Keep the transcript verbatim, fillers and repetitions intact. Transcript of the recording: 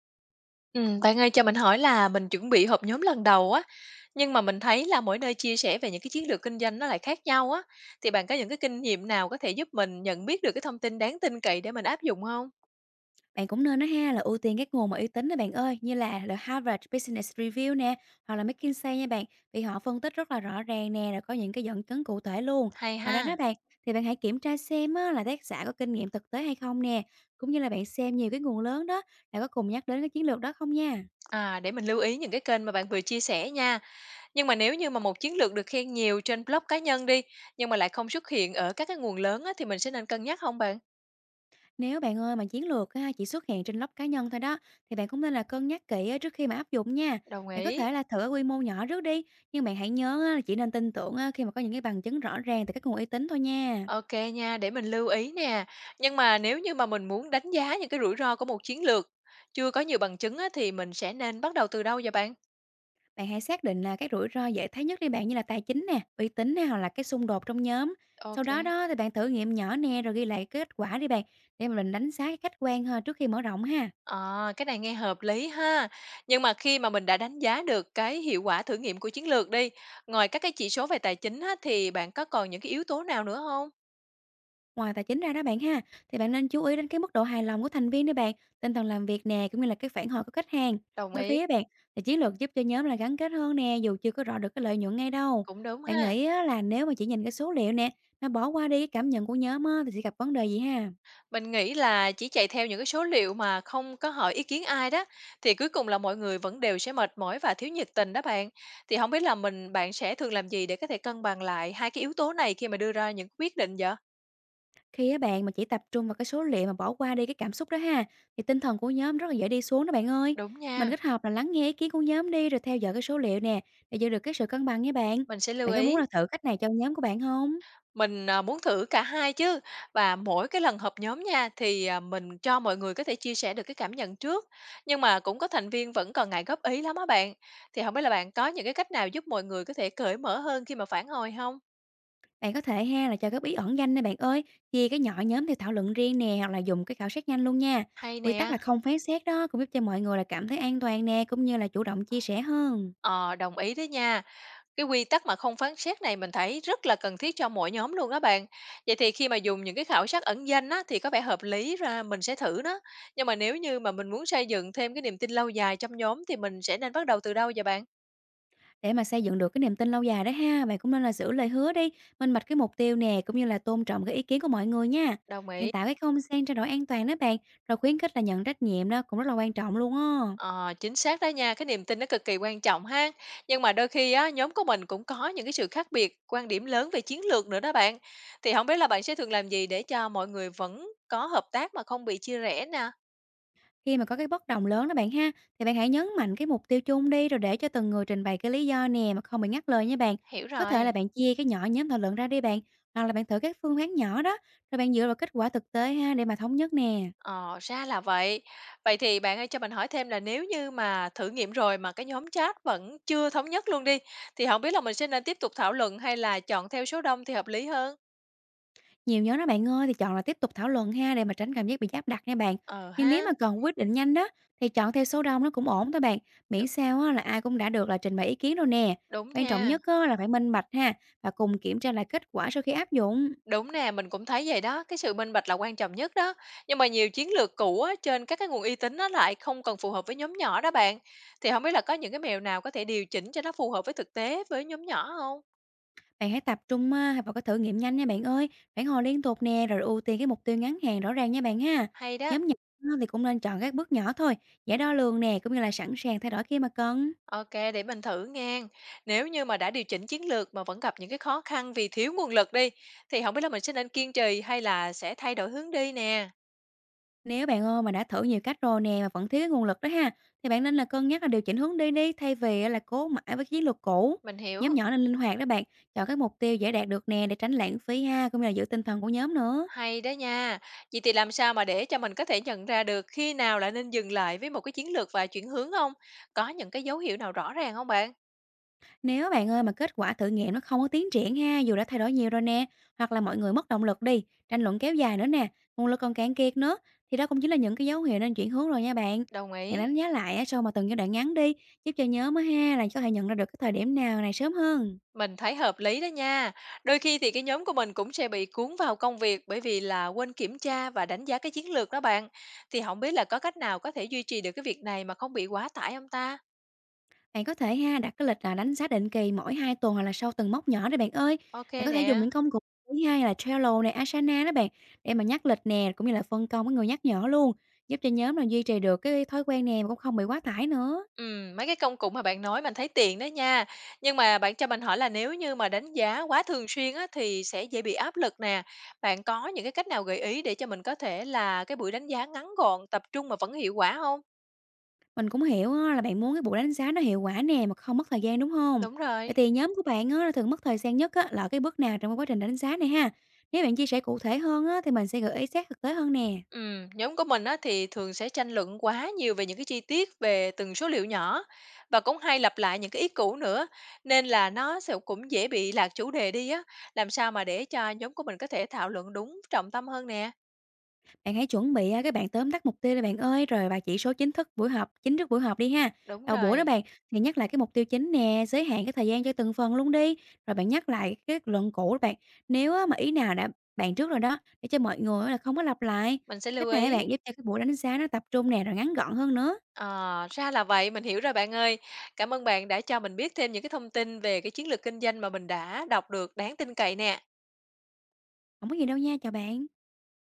Ừm, bạn ơi cho mình hỏi là mình chuẩn bị họp nhóm lần đầu á, nhưng mà mình thấy là mỗi nơi chia sẻ về những cái chiến lược kinh doanh nó lại khác nhau á, thì bạn có những cái kinh nghiệm nào có thể giúp mình nhận biết được cái thông tin đáng tin cậy để mình áp dụng không? Bạn cũng nên á ha, là ưu tiên các nguồn mà uy tín đó bạn ơi, như là The Harvard Business Review nè, hoặc là McKinsey nha bạn, vì họ phân tích rất là rõ ràng nè, rồi có những cái dẫn chứng cụ thể luôn. Hay Ngoài ra đó ha. bạn, thì bạn hãy kiểm tra xem á, là tác giả có kinh nghiệm thực tế hay không nè, cũng như là bạn xem nhiều cái nguồn lớn đó, đã có cùng nhắc đến cái chiến lược đó không nha. À, để mình lưu ý những cái kênh mà bạn vừa chia sẻ nha. Nhưng mà nếu như mà một chiến lược được khen nhiều trên blog cá nhân đi, nhưng mà lại không xuất hiện ở các cái nguồn lớn á, thì mình sẽ nên cân nhắc không bạn? Nếu bạn ơi mà chiến lược á, chỉ xuất hiện trên blog cá nhân thôi đó, thì bạn cũng nên là cân nhắc kỹ á, trước khi mà áp dụng nha. Đồng Bạn có ý. thể là thử ở quy mô nhỏ trước đi, nhưng bạn hãy nhớ á, là chỉ nên tin tưởng á, khi mà có những cái bằng chứng rõ ràng từ các nguồn uy tín thôi nha. OK nha, để mình lưu ý nè. Nhưng mà nếu như mà mình muốn đánh giá những cái rủi ro của một chiến lược chưa có nhiều bằng chứng á, thì mình sẽ nên bắt đầu từ đâu vậy bạn? Bạn hãy xác định là các rủi ro dễ thấy nhất đi bạn, như là tài chính nè, uy tín nè, hoặc là cái xung đột trong nhóm. Sau OK. đó đó À, thì bạn thử nghiệm nhỏ nè, rồi ghi lại kết quả đi bạn, để mà mình đánh giá cái khách quan hơn trước khi mở rộng ha. cái này nghe hợp lý ha. Nhưng mà khi mà mình đã đánh giá được cái hiệu quả thử nghiệm của chiến lược đi, ngoài các cái chỉ số về tài chính á, thì bạn có còn những cái yếu tố nào nữa không? Ngoài tài chính ra đó bạn ha, thì bạn nên chú ý đến cái mức độ hài lòng của thành viên đấy bạn, tinh thần làm việc nè, cũng như là cái phản hồi của khách hàng. Đồng Đôi ý, khi á bạn, thì chiến lược giúp cho nhóm là gắn kết hơn nè, dù chưa có rõ được cái lợi nhuận ngay đâu. cũng đúng Bạn ha. nghĩ á, là nếu mà chỉ nhìn cái số liệu nè, mà bỏ qua đi cái cảm nhận của nhóm á, thì sẽ gặp vấn đề gì ha? Mình nghĩ là chỉ chạy theo những cái số liệu mà không có hỏi ý kiến ai đó, thì cuối cùng là mọi người vẫn đều sẽ mệt mỏi và thiếu nhiệt tình đó bạn. Thì không biết là mình bạn sẽ thường làm gì để có thể cân bằng lại hai cái yếu tố này khi mà đưa ra những quyết định vậy? Khi á bạn mà chỉ tập trung vào cái số liệu mà bỏ qua đi cái cảm xúc đó ha, thì tinh thần của nhóm rất là dễ đi xuống đó bạn ơi. Đúng Mình nha, kết hợp là lắng nghe ý kiến của nhóm đi, rồi theo dõi cái số liệu nè, để giữ được cái sự cân bằng nha bạn. mình sẽ lưu Bạn có muốn ý. là thử cách này cho nhóm của bạn không? Mình, à, muốn thử cả hai chứ, và mỗi cái lần họp nhóm nha, thì, à, mình cho mọi người có thể chia sẻ được cái cảm nhận trước, nhưng mà cũng có thành viên vẫn còn ngại góp ý lắm á bạn. Thì không biết là bạn có những cái cách nào giúp mọi người có thể cởi mở hơn khi mà phản hồi không? Bạn có thể ha là cho góp ý ẩn danh nè bạn ơi, chia cái nhỏ nhóm theo thảo luận riêng nè, hoặc là dùng cái khảo sát nhanh luôn nha. Hay Quy tắc nè. là không phán xét đó cũng giúp cho mọi người là cảm thấy an toàn nè, cũng như là chủ động chia sẻ hơn. Ờ, đồng ý đó nha. Cái quy tắc mà không phán xét này mình thấy rất là cần thiết cho mỗi nhóm luôn đó bạn. Vậy thì khi mà dùng những cái khảo sát ẩn danh á, thì có vẻ hợp lý ra mình sẽ thử nó. Nhưng mà nếu như mà mình muốn xây dựng thêm cái niềm tin lâu dài trong nhóm thì mình sẽ nên bắt đầu từ đâu vậy bạn? Để mà xây dựng được cái niềm tin lâu dài đó ha, bạn cũng nên là giữ lời hứa đi, minh bạch cái mục tiêu nè, cũng như là tôn trọng cái ý kiến của mọi người nha. Đồng Bạn ý. tạo cái không gian trao đổi an toàn đó bạn, rồi khuyến khích là nhận trách nhiệm đó cũng rất là quan trọng luôn á. Ờ, chính xác đó nha, cái niềm tin nó cực kỳ quan trọng ha. Nhưng mà đôi khi á, nhóm của mình cũng có những cái sự khác biệt, quan điểm lớn về chiến lược nữa đó bạn. Thì không biết là bạn sẽ thường làm gì để cho mọi người vẫn có hợp tác mà không bị chia rẽ nè. Khi mà có cái bất đồng lớn đó bạn ha, thì bạn hãy nhấn mạnh cái mục tiêu chung đi, rồi để cho từng người trình bày cái lý do nè mà không bị ngắt lời nha bạn. Hiểu Có thể là rồi. bạn chia cái nhỏ nhóm thảo luận ra đi bạn, hoặc là bạn thử các phương án nhỏ đó, rồi bạn dựa vào kết quả thực tế ha để mà thống nhất nè. Ờ, ra là vậy. Vậy thì bạn ơi cho mình hỏi thêm là nếu như mà thử nghiệm rồi mà cái nhóm chat vẫn chưa thống nhất luôn đi, thì không biết là mình sẽ nên tiếp tục thảo luận hay là chọn theo số đông thì hợp lý hơn? Nhiều nhóm đó bạn ơi thì chọn là tiếp tục thảo luận ha để mà tránh cảm giác bị áp đặt nha bạn. Ờ Nhưng nếu ha, mà cần quyết định nhanh đó, thì chọn theo số đông nó cũng ổn thôi bạn, đ miễn sao á, là ai cũng đã được là trình bày ý kiến rồi nè. đúng Quan trọng nha. nhất á, là phải minh bạch ha, và cùng kiểm tra lại kết quả sau khi áp dụng. Đúng nè, mình cũng thấy vậy đó, cái sự minh bạch là quan trọng nhất đó. Nhưng mà nhiều chiến lược cũ á, trên các cái nguồn uy tín nó lại không còn phù hợp với nhóm nhỏ đó bạn. Thì không biết là có những cái mẹo nào có thể điều chỉnh cho nó phù hợp với thực tế với nhóm nhỏ không? Bạn hãy tập trung à, vào cái thử nghiệm nhanh nha bạn ơi, phản hồi liên tục nè, rồi ưu tiên cái mục tiêu ngắn hạn rõ ràng nha bạn ha. Hay đó. Nhóm nhỏ thì cũng nên chọn các bước nhỏ thôi, dễ đo lường nè, cũng như là sẵn sàng thay đổi khi mà cần. OK, để mình thử nghe. Nếu như mà đã điều chỉnh chiến lược mà vẫn gặp những cái khó khăn vì thiếu nguồn lực đi, thì không biết là mình sẽ nên kiên trì hay là sẽ thay đổi hướng đi nè? Nếu bạn ơi mà đã thử nhiều cách rồi nè mà vẫn thiếu cái nguồn lực đó ha, thì bạn nên là cân nhắc là điều chỉnh hướng đi đi, thay vì là cố mãi với chiến lược cũ. Mình hiểu, Nhóm nhỏ nên linh hoạt đó bạn, chọn các mục tiêu dễ đạt được nè để tránh lãng phí ha, cũng như là giữ tinh thần của nhóm nữa. hay đó nha. Vậy thì làm sao mà để cho mình có thể nhận ra được khi nào là nên dừng lại với một cái chiến lược và chuyển hướng không? Có những cái dấu hiệu nào rõ ràng không bạn? Nếu bạn ơi mà kết quả thử nghiệm nó không có tiến triển ha, dù đã thay đổi nhiều rồi nè, hoặc là mọi người mất động lực đi, tranh luận kéo dài nữa nè, nguồn lực còn cạn kiệt nữa, thì đó cũng chính là những cái dấu hiệu nên chuyển hướng rồi nha bạn. Đồng Bạn ý. đánh giá lại á, sau mà từng giai đoạn ngắn đi, giúp cho nhớ mới ha là có thể nhận ra được cái thời điểm nào này sớm hơn. Mình thấy hợp lý đó nha. Đôi khi thì cái nhóm của mình cũng sẽ bị cuốn vào công việc bởi vì là quên kiểm tra và đánh giá cái chiến lược đó bạn. Thì không biết là có cách nào có thể duy trì được cái việc này mà không bị quá tải không ta? Bạn có thể ha đặt cái lịch là đánh giá định kỳ mỗi hai tuần, hoặc là sau từng mốc nhỏ đấy bạn ơi. OK Bạn có thể dùng nè. những công cụ thứ hai là Trello này, Asana đó bạn, để mà nhắc lịch nè, cũng như là phân công với người nhắc nhở luôn, giúp cho nhóm là duy trì được cái thói quen nè mà cũng không bị quá tải nữa. Ừ, mấy cái công cụ mà bạn nói mình thấy tiện đó nha. Nhưng mà bạn cho mình hỏi là nếu như mà đánh giá quá thường xuyên á, thì sẽ dễ bị áp lực nè. Bạn có những cái cách nào gợi ý để cho mình có thể là cái buổi đánh giá ngắn gọn, tập trung mà vẫn hiệu quả không? Mình cũng hiểu á là bạn muốn cái buổi đánh giá nó hiệu quả nè mà không mất thời gian, đúng không? Đúng Vậy rồi. thì nhóm của bạn á là thường mất thời gian nhất á là cái bước nào trong cái quá trình đánh giá này ha? Nếu bạn chia sẻ cụ thể hơn á thì mình sẽ gợi ý sát thực tế hơn nè. Ừm, nhóm của mình á, thì thường sẽ tranh luận quá nhiều về những cái chi tiết về từng số liệu nhỏ và cũng hay lặp lại những cái ý cũ nữa nên là nó sẽ cũng dễ bị lạc chủ đề đi á. Làm sao mà để cho nhóm của mình có thể thảo luận đúng trọng tâm hơn nè. Bạn hãy chuẩn bị, a, cái bạn tóm tắt mục tiêu đi bạn ơi, rồi và chỉ số chính thức buổi họp chính trước buổi họp đi ha. Đúng Đầu buổi đó rồi, bạn thì nhắc lại cái mục tiêu chính nè, giới hạn cái thời gian cho từng phần luôn đi, rồi bạn nhắc lại cái kết luận cũ đó bạn, nếu á mà ý nào đã bạn trước rồi đó, để cho mọi người á là không có lặp lại. mình sẽ lưu Cách này á ý. bạn giúp cho cái buổi đánh giá nó tập trung nè, rồi ngắn gọn hơn nữa. Ờ, ra là vậy, mình hiểu rồi bạn ơi. Cảm ơn bạn đã cho mình biết thêm những cái thông tin về cái chiến lược kinh doanh mà mình đã đọc được đáng tin cậy nè. Không có gì đâu nha, chào bạn.